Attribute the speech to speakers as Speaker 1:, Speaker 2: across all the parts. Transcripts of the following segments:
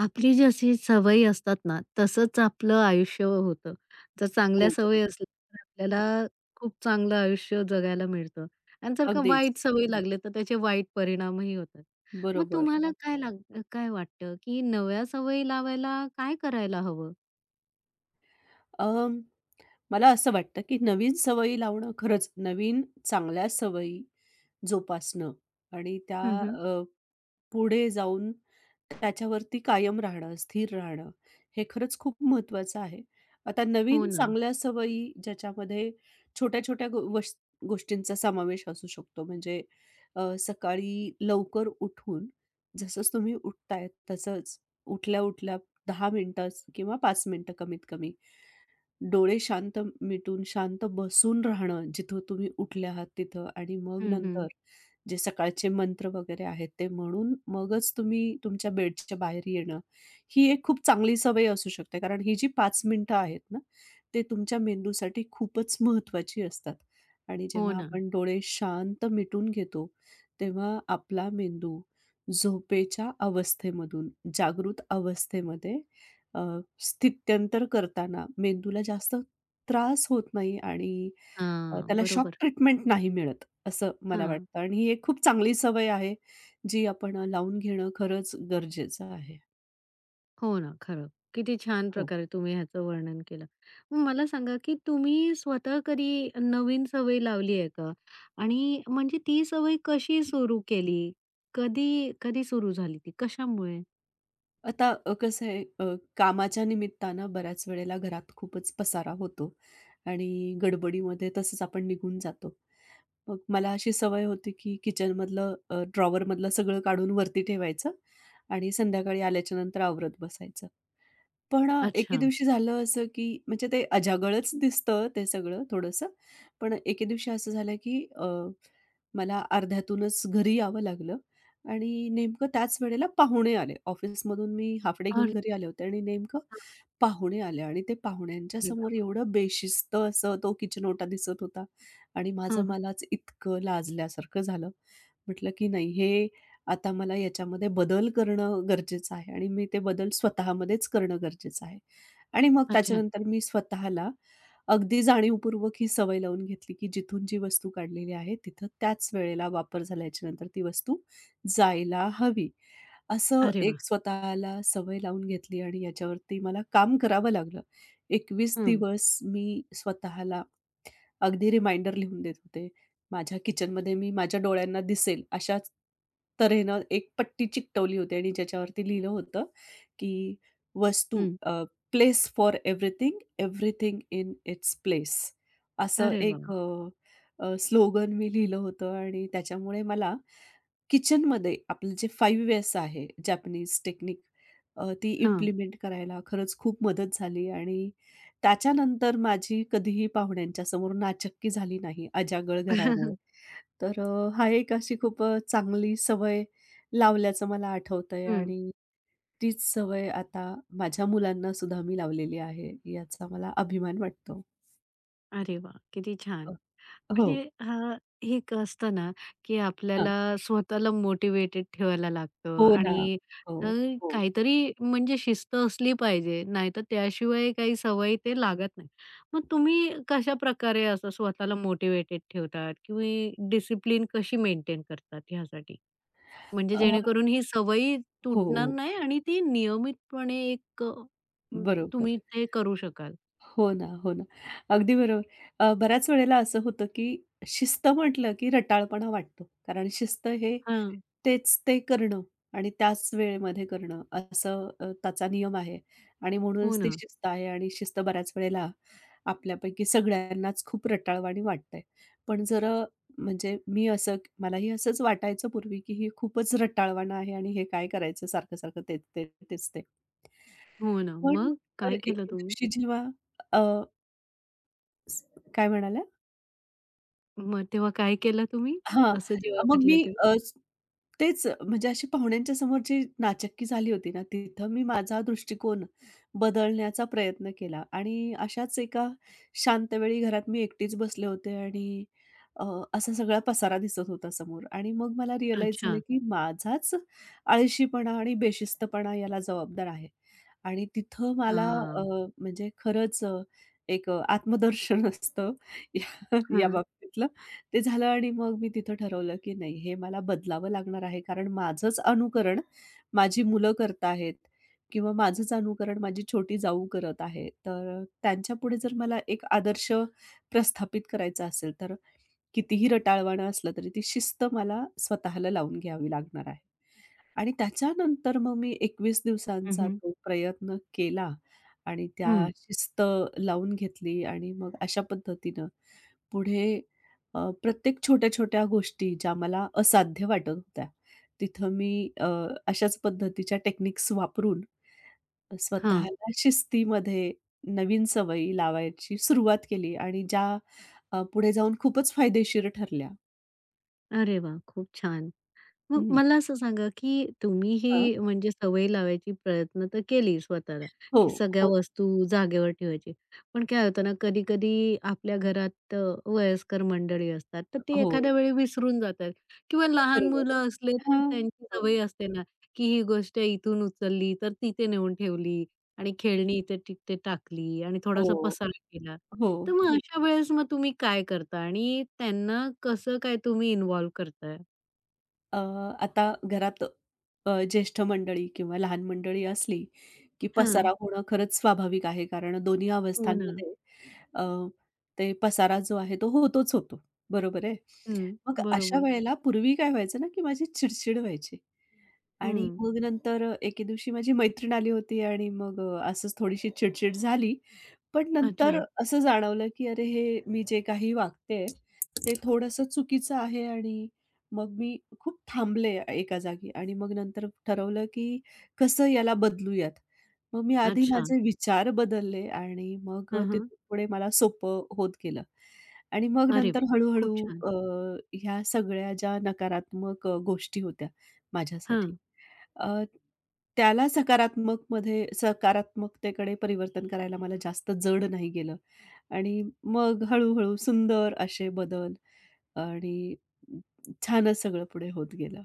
Speaker 1: आपली जशी सवयी असतात ना, तसंच आपलं आयुष्य होतं. जर चांगल्या
Speaker 2: हो, बरोबर.
Speaker 1: सवयी असल्या तर
Speaker 2: हो,
Speaker 1: आपल्याला खूप चांगलं आयुष्य जगायला मिळतं आणि जर का
Speaker 2: अगदीच.
Speaker 1: वाईट सवयी लागल्या तर त्याचे वाईट परिणामही होतात. मग
Speaker 2: बरोबर.
Speaker 1: तुम्हाला काय लाग काय वाटतं, की नव्या सवयी लावायला काय करायला हवं?
Speaker 2: अं, मला असं वाटतं, की नवीन सवयी लावणं खरंच नवीन चांगल्या सवयी जोपासणं आणि त्या
Speaker 1: हं, हं.
Speaker 2: पुढे जाऊन त्याच्यावरती कायम राहणं, स्थिर राहणं, हे खरंच खूप महत्त्वाचं आहे. आता
Speaker 1: हो
Speaker 2: नवीन
Speaker 1: ना.
Speaker 2: चांगल्या सवयी ज्याच्यामध्ये छोट्या-छोट्या गो वश गोष्टींचा समावेश असू शकतो. म्हणजे सकाळी लवकर उठून जसंच तुम्ही उठताय तसंच उठल्या-उठल्या 10 मिनिटं किंवा 5 मिनिटं कमीत कमी डोळे शांत मिटून, शांत बसून राहणं, जिथं तुम्ही उठले आहात तिथं आणि मग
Speaker 1: हं,
Speaker 2: नंतर
Speaker 1: हं.
Speaker 2: जे सकाळचे मंत्र वगैरे आहेत, ते म्हणून मगच तुम्ही तुमच्या बेडच्या बाहेर येणं, ही एक खूप चांगली सवय असू शकते. कारण ही जी 5 मिनिटं आहेत ना, ते तुमच्या मेंदूसाठी खूपच महत्त्वाची असतात आणि
Speaker 1: हो
Speaker 2: जेव्हा
Speaker 1: ना.
Speaker 2: आपण डोळे शांत मिटून घेतो, तेव्हा आपला मेंदू झोपेच्या अवस्थेमधून जागृत अवस्थेमध्ये अ, स्थित्यंतर करताना मेंदूला जास्त त्रास होत नाही आणि
Speaker 1: हां,
Speaker 2: त्याला शॉक
Speaker 1: बरोबर.
Speaker 2: ट्रीटमेंट नाही मिळत, असं मला
Speaker 1: हां.
Speaker 2: वाटतं आणि ही एक खूप चांगली सवय आहे, जी आपण लावून घेणं खरंच गरजेचं आहे.
Speaker 1: हो ना, खरं. किती छान
Speaker 2: हो.
Speaker 1: प्रकारे तुम्ही ह्याचं वर्णन केलं. मग मला सांगा, की तुम्ही स्वतः कधी नवीन सवय लावली आहे का? आणि म्हणजे ती सवय कशी सुरू केली? कधी कधी सुरू झाली ती? कशामुळे?
Speaker 2: आता कसं आहे कामाच्या निमित्तानं बऱ्याच वेळेला घरात खूपच पसारा होतो आणि गडबडीमध्ये तसंच आपण निघून जातो. मग मला अशी सवय होती की किचनमधलं ड्रॉवरमधलं सगळं काढून वरती ठेवायचं आणि संध्याकाळी आल्याच्या नंतर आवरत बसायचं. पण एके
Speaker 1: अच्छा.
Speaker 2: दिवशी झालं असं की म्हणजे ते अजागळच दिसतं ते सगळं थोडंसं. पण एके दिवशी असं झालं की मला अर्ध्यातूनच घरी यावं लागलं आणि नेमकं त्याच वेळेला पाहुणे आले. ऑफिसमधून मी हाल्फ डे घेऊन
Speaker 1: अरे
Speaker 2: घरी आले होते आणि नेमकं
Speaker 1: हां.
Speaker 2: पाहुणे आले आणि ते पाहुण्यांच्या
Speaker 1: अरे
Speaker 2: समोर
Speaker 1: बाबा!
Speaker 2: एवढं बेशिस्त असं तो किचन ओटा दिसत होता आणि
Speaker 1: हां,
Speaker 2: माझं
Speaker 1: हां.
Speaker 2: मलाच इतकं लाजल्यासारखं झालं. म्हटलं की नाही हे आता मला याच्यामध्ये बदल करणं गरजेचं आहे आणि मी ते बदल स्वतःमध्येच करणं गरजेचं आहे आणि मग
Speaker 1: अच्छा.
Speaker 2: त्याच्यानंतर मी स्वतःला अगदी जाणीवपूर्वक ही सवय लावून घेतली, की जिथून जी वस्तू काढलेली आहे, तिथं त्याच वेळेला वापर झाल्याच्यानंतर ती वस्तू जायला हवी. असं
Speaker 1: अरे वाह!
Speaker 2: एक स्वतःला सवय लावून घेतली आणि याच्यावरती मला काम करावं लागलं. 21
Speaker 1: हं,
Speaker 2: दिवस मी स्वतःला अगदी रिमाइंडर लिहून देत होते. माझ्या किचनमध्ये मी माझ्या डोळ्यांना दिसेल अशाच तऱ्हेनं एक पट्टी चिकटवली होती आणि ज्याच्यावरती लिहिलं होतं की वस्तू
Speaker 1: हं.
Speaker 2: Place for everything, everything in its place असं
Speaker 1: अरे
Speaker 2: एक
Speaker 1: वाह!
Speaker 2: स्लोगन मी लिहिलं होतं आणि त्याच्यामुळे मला किचनमध्ये आपलं जे 5 एस आहे जॅपनीज टेक्निक ती
Speaker 1: हां.
Speaker 2: इम्प्लिमेंट करायला खरंच खूप मदत झाली आणि त्याच्यानंतर माझी कधीही पाहुण्यांच्या समोर नाचक्की झाली नाही अजागळ
Speaker 1: हं.
Speaker 2: घरामुळे. तर हा एक अशी खूप चांगली सवय लावल्याचं मला आठवतंय आणि तीच सवय आता माझ्या मुलांना सुद्धा मी लावलेली आहे, याचा मला अभिमान वाटतो.
Speaker 1: अरे वाह! किती छान.
Speaker 2: अ, हो.
Speaker 1: म्हणजे हे एक असतं ना, की
Speaker 2: हां.
Speaker 1: आपल्याला स्वतःला मोटिव्हेटेड ठेवायला लागतं
Speaker 2: हो ना.
Speaker 1: आणि
Speaker 2: हो,
Speaker 1: अ,
Speaker 2: हो.
Speaker 1: काहीतरी म्हणजे शिस्त असली पाहिजे. नाहीतर त्याशिवाय काही सवयी ते लागत नाही. मग तुम्ही कशाप्रकारे असं स्वतःला मोटिव्हेटेड ठेवतात किंवा डिसिप्लिन कशी मेंटेन करतात ह्यासाठी? म्हणजे
Speaker 2: अ,
Speaker 1: जेणेकरून ही सवयी तुटणार
Speaker 2: हो,
Speaker 1: नाही आणि ती नियमितपणे एक
Speaker 2: बरोबर.
Speaker 1: तुम्ही ते करू शकाल.
Speaker 2: हो ना, हो ना. अगदी बरोबर. बऱ्याच वेळेला असं होतं, की शिस्त म्हटलं, की रटाळपणा वाटतो. कारण शिस्त हे
Speaker 1: हां.
Speaker 2: तेच ते करणं आणि त्याच वेळेमध्ये करणं असं त्याचा नियम आहे आणि
Speaker 1: हो
Speaker 2: म्हणूनच ती
Speaker 1: ना.
Speaker 2: शिस्त आहे आणि शिस्त बऱ्याच वेळेला आपल्यापैकी सगळ्यांनाच खूप रटाळवाणी वाटते. पण जर म्हणजे मी असं मलाही असंच वाटायचं पूर्वी, की ही खूपच रटाळवाणं आहे आणि हे काय करायचं सारखं-सारखं तेच ते, तेच ते.
Speaker 1: हो ना.
Speaker 2: पण तर
Speaker 1: काय केलं
Speaker 2: एके दिवशी जेव्हा काय म्हणाल्या?
Speaker 1: मग तेव्हा काय केलं तुम्ही?
Speaker 2: हां.
Speaker 1: असं जेव्हा
Speaker 2: मग
Speaker 1: घडलं
Speaker 2: मी
Speaker 1: तेव्हा?
Speaker 2: तेच म्हणजे अशी पाहुण्यांच्या समोर जी नाचक्की झाली होती ना, तिथं मी माझा दृष्टिकोन बदलण्याचा प्रयत्न केला आणि अशाच एका शांत वेळी घरात मी एकटीच बसले होते आणि अ, असा सगळा पसारा दिसत होता समोर आणि मग मला रिअलाईज झालं,
Speaker 1: अच्छा.
Speaker 2: की माझाच आळशीपणा आणि बेशिस्तपणा याला जबाबदार आहे. आणि तिथं मला अ,
Speaker 1: हां.
Speaker 2: म्हणजे खरंच एक आत्मदर्शन असतं या या
Speaker 1: हां.
Speaker 2: बाबतीतलं. ते झालं आणि मग मी तिथं ठरवलं, की नाही हे मला बदलावं लागणार आहे. कारण माझंच अनुकरण माझी मुलं करत आहेत किंवा माझंच अनुकरण माझी छोटी जाऊ करत आहे. तर त्यांच्यापुढे जर मला एक आदर्श प्रस्थापित करायचा असेल, तर कितीही रटाळवाणं असलं तरी ती शिस्त मला स्वतःला लावून घ्यावी लागणार आहे. आणि त्याच्यानंतर मग मी 21
Speaker 1: हं,
Speaker 2: दिवसांचा
Speaker 1: हं.
Speaker 2: तो प्रयत्न केला आणि त्या
Speaker 1: हं.
Speaker 2: शिस्त लावून घेतली आणि मग अशा पद्धतीनं पुढे प्रत्येक छोट्या-छोट्या गोष्टी ज्या मला असाध्य वाटत होत्या, तिथं मी अशाच पद्धतीच्या टेक्निक्स वापरून
Speaker 1: हां.
Speaker 2: स्वतःला शिस्तीमध्ये नवीन सवयी लावायची सुरुवात केली आणि ज्या पुढे जाऊन खूपच फायदेशीर ठरल्या.
Speaker 1: अरे वाह! खूप छान. मग
Speaker 2: हं.
Speaker 1: मला असं सांगा, की तुम्ही
Speaker 2: हां.
Speaker 1: ही म्हणजे सवय लावायची प्रयत्न तर केली स्वतःला,
Speaker 2: हो,
Speaker 1: की सगळ्या
Speaker 2: हो,
Speaker 1: वस्तू जागेवर ठेवायची. पण काय होतं ना, कधी-कधी आपल्या घरात वयस्कर मंडळी असतात, तर ते
Speaker 2: हो.
Speaker 1: एखाद्या वेळी विसरून जातात किंवा
Speaker 2: हो,
Speaker 1: लहान
Speaker 2: बरोबर आहे.
Speaker 1: मुलं असले तर
Speaker 2: हां.
Speaker 1: त्यांची
Speaker 2: हो.
Speaker 1: सवय असते ना, की ही गोष्ट इथून उचलली तर तिथे नेऊन ठेवली आणि खेळणी इथे तिथे टाकली आणि
Speaker 2: हो,
Speaker 1: थोडासा पसारा केला.
Speaker 2: हो.
Speaker 1: तर मग अशा वेळेस मग तुम्ही काय करता आणि त्यांना कसं काय तुम्ही इन्व्हॉल्व करताय?
Speaker 2: अ, आता घरात ज्येष्ठ मंडळी किंवा लहान मंडळी असली, की पसारा होणं खरंच स्वाभाविक आहे. कारण दोन्ही
Speaker 1: हो ना.
Speaker 2: अवस्थांमध्ये अ, ते पसारा जो आहे तो होतोच होतो. बरोबर आहे.
Speaker 1: हं.
Speaker 2: मग अशा
Speaker 1: बरोबर.
Speaker 2: वेळेला पूर्वी काय व्हायचं ना, की माझी चिड व्हायची. आणि
Speaker 1: हं.
Speaker 2: मग नंतर एके दिवशी माझी मैत्रीण आली होती आणि मग असंच थोडीशी चिडचिड झाली. पण नंतर
Speaker 1: अच्छा,
Speaker 2: हं. असं जाणवलं, की अरे हे मी जे काही वागतेय, ते थोडंसं चुकीचं आहे आणि मग मी खूप थांबले एका जागी आणि मग नंतर ठरवलं, की कसं याला बदलूयात. मग मी आधी
Speaker 1: अच्छा.
Speaker 2: माझे विचार बदलले आणि मग
Speaker 1: हां, हां.
Speaker 2: पुढे मला सोपं होत गेलं. आणि मग
Speaker 1: अरे
Speaker 2: नंतर
Speaker 1: वाह! खूप छान.
Speaker 2: ह्या सगळ्या ज्या नकारात्मक गोष्टी होत्या माझ्यासाठी
Speaker 1: हां.
Speaker 2: अ, त्याला सकारात्मकतेकडे परिवर्तन करायला मला जास्त जड नाही गेलं आणि मग हळू-हळू सुंदर असे बदल आणि छानच सगळं पुढे होत गेलं.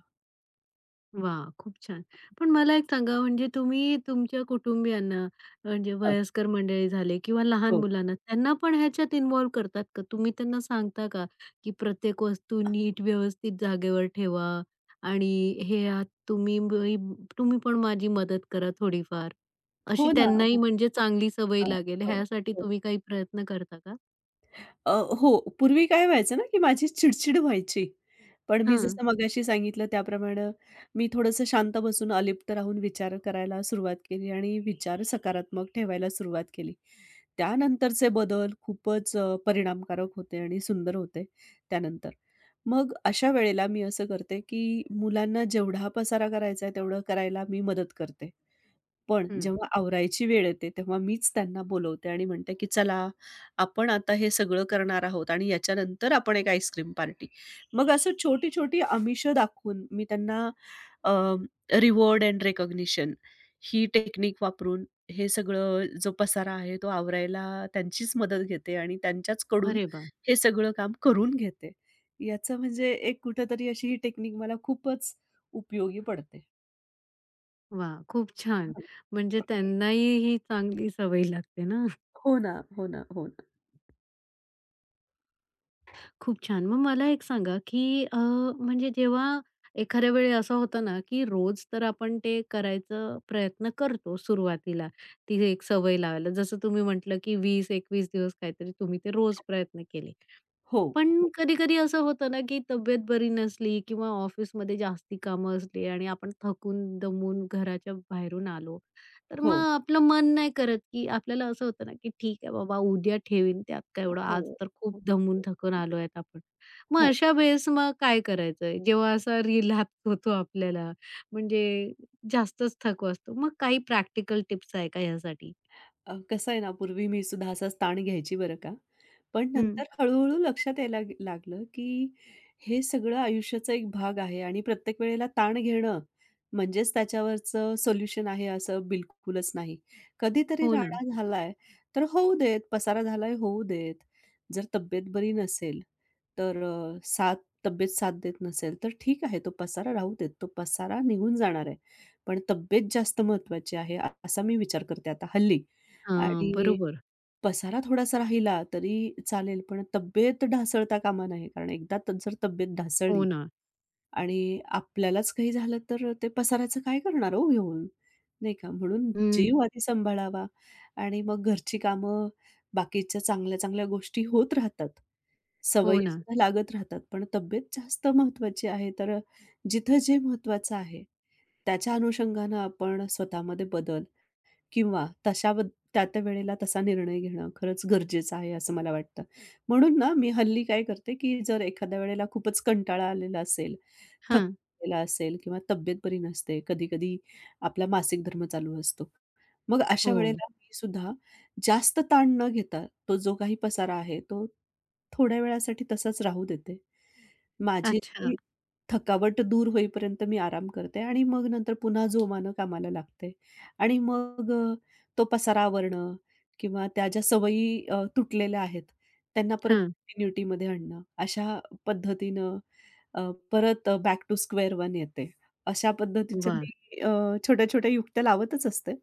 Speaker 1: वाह! खूप छान. पण मला एक सांगा म्हणजे तुम्ही तुमच्या कुटुंबियांना म्हणजे
Speaker 2: हं.
Speaker 1: वयस्कर मंडळी झाले किंवा लहान
Speaker 2: हो.
Speaker 1: मुलांना त्यांना पण ह्याच्यात इन्व्हॉल्व करतात का? तुम्ही त्यांना सांगता का, की प्रत्येक वस्तू नीट व्यवस्थित जागेवर ठेवा आणि हे आत तुम्ही बई तुम्ही पण माझी मदत करा थोडीफार.
Speaker 2: हो
Speaker 1: अशी
Speaker 2: ना.
Speaker 1: त्यांनाही
Speaker 2: हो.
Speaker 1: म्हणजे चांगली सवय
Speaker 2: हां.
Speaker 1: लागेल
Speaker 2: हो.
Speaker 1: ह्यासाठी
Speaker 2: हो.
Speaker 1: तुम्ही काही प्रयत्न करता का?
Speaker 2: अ, हो. पूर्वी काय व्हायचं ना, की माझी चिडचिड व्हायची. पण मी
Speaker 1: हां.
Speaker 2: जसं मगाशी सांगितलं त्याप्रमाणे मी थोडंसं शांत बसून, अलिप्त राहून विचार करायला सुरुवात केली आणि विचार सकारात्मक ठेवायला सुरुवात केली. त्यानंतरचे बदल खूपच परिणामकारक होते आणि सुंदर होते त्यानंतर. मग अशा वेळेला मी असं करते, की मुलांना जेवढा पसारा करायचा आहे, तेवढं करायला मी मदत करते. पण
Speaker 1: हं.
Speaker 2: जेव्हा आवरायची वेळ येते, तेव्हा मीच त्यांना बोलवते आणि म्हणते, की "चला, आपण आता हे सगळं करणार आहोत आणि याच्यानंतर आपण एक आईस्क्रीम पार्टी." मग असं छोटी-छोटी आमिष दाखवून मी त्यांना अ, रिवॉर्ड एंड रिकॉग्निशन ही टेक्निक वापरून हे सगळं जो पसारा आहे, तो आवरायला त्यांचीच मदत घेते आणि त्यांच्याचकडून
Speaker 1: अरे वाह!
Speaker 2: हे सगळं काम करून घेते. याचं म्हणजे एक कुठेतरी अशी ही टेक्निक मला खूपच उपयोगी पडते.
Speaker 1: वाह! खूप छान.
Speaker 2: हां.
Speaker 1: म्हणजे त्यांनाही ही चांगली सवय लागते ना.
Speaker 2: हो ना, हो ना, हो.
Speaker 1: खूप छान. मग मला एक सांगा, की अ, म्हणजे जेव्हा एखाद्या वेळी असं होतं ना, की रोज तर आपण ते करायचा प्रयत्न करतो सुरुवातीला, ती एक सवय लावायला. जसं तुम्ही म्हटलं, की 20-21 दिवस काहीतरी तुम्ही ते रोज प्रयत्न केले.
Speaker 2: हो,
Speaker 1: पण
Speaker 2: हो,
Speaker 1: कधी-कधी असं होतं ना, की तब्येत बरी नसली किंवा ऑफिसमध्ये जास्ती कामं असली आणि आपण थकून, दमून घराच्या बाहेरून आलो, तर
Speaker 2: हो,
Speaker 1: मग आपलं मन नाही करत, की आपल्याला असं होतं ना, की ठीक आहे बाबा उद्या ठेवीन, त्यात काय एवढं
Speaker 2: हो,
Speaker 1: आज तर खूप
Speaker 2: हो,
Speaker 1: दमून थकून आलो आहेत आपण. मग
Speaker 2: हो.
Speaker 1: अशा वेळेस मग काय करायचं? जेव्हा असा रिलॅप्स होतो आपल्याला, म्हणजे जास्तच थकवा असतो. मग काही प्रॅक्टिकल टिप्स आहे का ह्यासाठी?
Speaker 2: कसं आहे ना, पूर्वी मी सुद्धा असाच ताण घ्यायची बरं का. पण
Speaker 1: हं.
Speaker 2: नंतर हळू-हळू लक्षात यायला लागलं, की हे सगळं आयुष्याचा एक भाग आहे आणि प्रत्येक वेळेला ताण घेणं म्हणजेच त्याच्यावरचं सोल्युशन आहे असं बिलकुलच नाही. कधीतरी
Speaker 1: हो ना.
Speaker 2: राडा झालाय, तर होऊ देत. पसारा झालाय, होऊ देत. जर तब्येत बरी नसेल, तर अ, साथ तब्येत साथ देत नसेल, तर ठीक आहे, तो पसारा राहू देत. तो पसारा निघून जाणार आहे. पण तब्येत जास्त महत्त्वाची आहे, असा मी विचार करते आता हल्ली.
Speaker 1: हां,
Speaker 2: आणि
Speaker 1: बरोबर.
Speaker 2: पसारा थोडासा राहिला तरी चालेल, पण तब्येत ढासळता कामा नये. कारण एकदा जर तब्येत
Speaker 1: हो
Speaker 2: ढासळली
Speaker 1: ना.
Speaker 2: आणि आपल्यालाच काही झालं तर ते पसाऱ्याचं काय करणार हो घेऊन, नाही का? म्हणून
Speaker 1: हं.
Speaker 2: जीव आधी सांभाळावा आणि मग घरची कामं, बाकीच्या चांगल्या-चांगल्या गोष्टी होत राहतात.
Speaker 1: हो ना.
Speaker 2: सवयीसुद्धा लागत राहतात. पण तब्येत जास्त महत्त्वाची आहे. तर जिथं जे महत्त्वाचं आहे, त्याच्या अनुषंगानं आपण स्वतःमध्ये बदल किंवा तशा त्या त्या वेळेला तसा निर्णय घेणं खरंच गरजेचं आहे असं मला वाटतं. म्हणून ना मी हल्ली काय करते, की जर एखाद्या वेळेला खूपच कंटाळा आलेला असेल,
Speaker 1: हां.
Speaker 2: थकलेला असेल किंवा तब्येत बरी नसते, कधी-कधी आपला मासिक धर्म चालू असतो. मग अशा
Speaker 1: हो.
Speaker 2: वेळेला मी सुद्धा जास्त ताण न घेता तो जो काही पसारा आहे, तो थोड्या वेळासाठी तसाच राहू देते. माझी
Speaker 1: अच्छा.
Speaker 2: जी थकावट दूर होईपर्यंत मी आराम करते आणि मग नंतर पुन्हा जोमानं कामाला लागते. आणि मग तो पसारा आवरणं किंवा त्या ज्या सवयी तुटलेल्या आहेत, त्यांना परत
Speaker 1: हां.
Speaker 2: कंटिन्युटीमध्ये आणणं. अशा पद्धतीनं परत बॅक टू स्क्वेअर वन येते. अशा पद्धतीच्या
Speaker 1: वाह!
Speaker 2: मी छोट्या-छोट्या युक्त्या लावतच असते.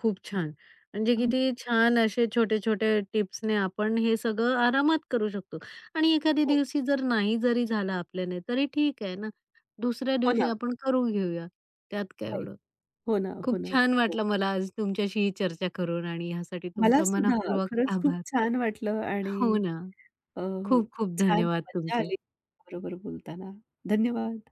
Speaker 1: खूप छान. म्हणजे किती छान असे छोटे-छोटे टिप्सने आपण हे सगळं आरामात करू शकतो. आणि एखाद्या
Speaker 2: हो,
Speaker 1: दिवशी जर नाही जरी झालं आपल्याने तरी ठीक आहे ना. दुसऱ्या
Speaker 2: हो
Speaker 1: दिवशी
Speaker 2: ना.
Speaker 1: आपण करून घेऊया. त्यात काय
Speaker 2: राइट.
Speaker 1: एवढं.
Speaker 2: हो ना,
Speaker 1: खूप
Speaker 2: हो ना.
Speaker 1: छान
Speaker 2: हो.
Speaker 1: वाटलं मला आज तुमच्याशी ही चर्चा करून आणि ह्यासाठी
Speaker 2: मला
Speaker 1: तुमचा
Speaker 2: सुद्धा
Speaker 1: मनःपूर्वक
Speaker 2: खरंच खूप
Speaker 1: आभार.
Speaker 2: छान वाटलं आणि
Speaker 1: हो ना.
Speaker 2: अ,
Speaker 1: खूप खूप
Speaker 2: छान
Speaker 1: धन्यवाद
Speaker 2: मज्जा
Speaker 1: तुमचे.
Speaker 2: आली. बरोबर बोलताना. धन्यवाद.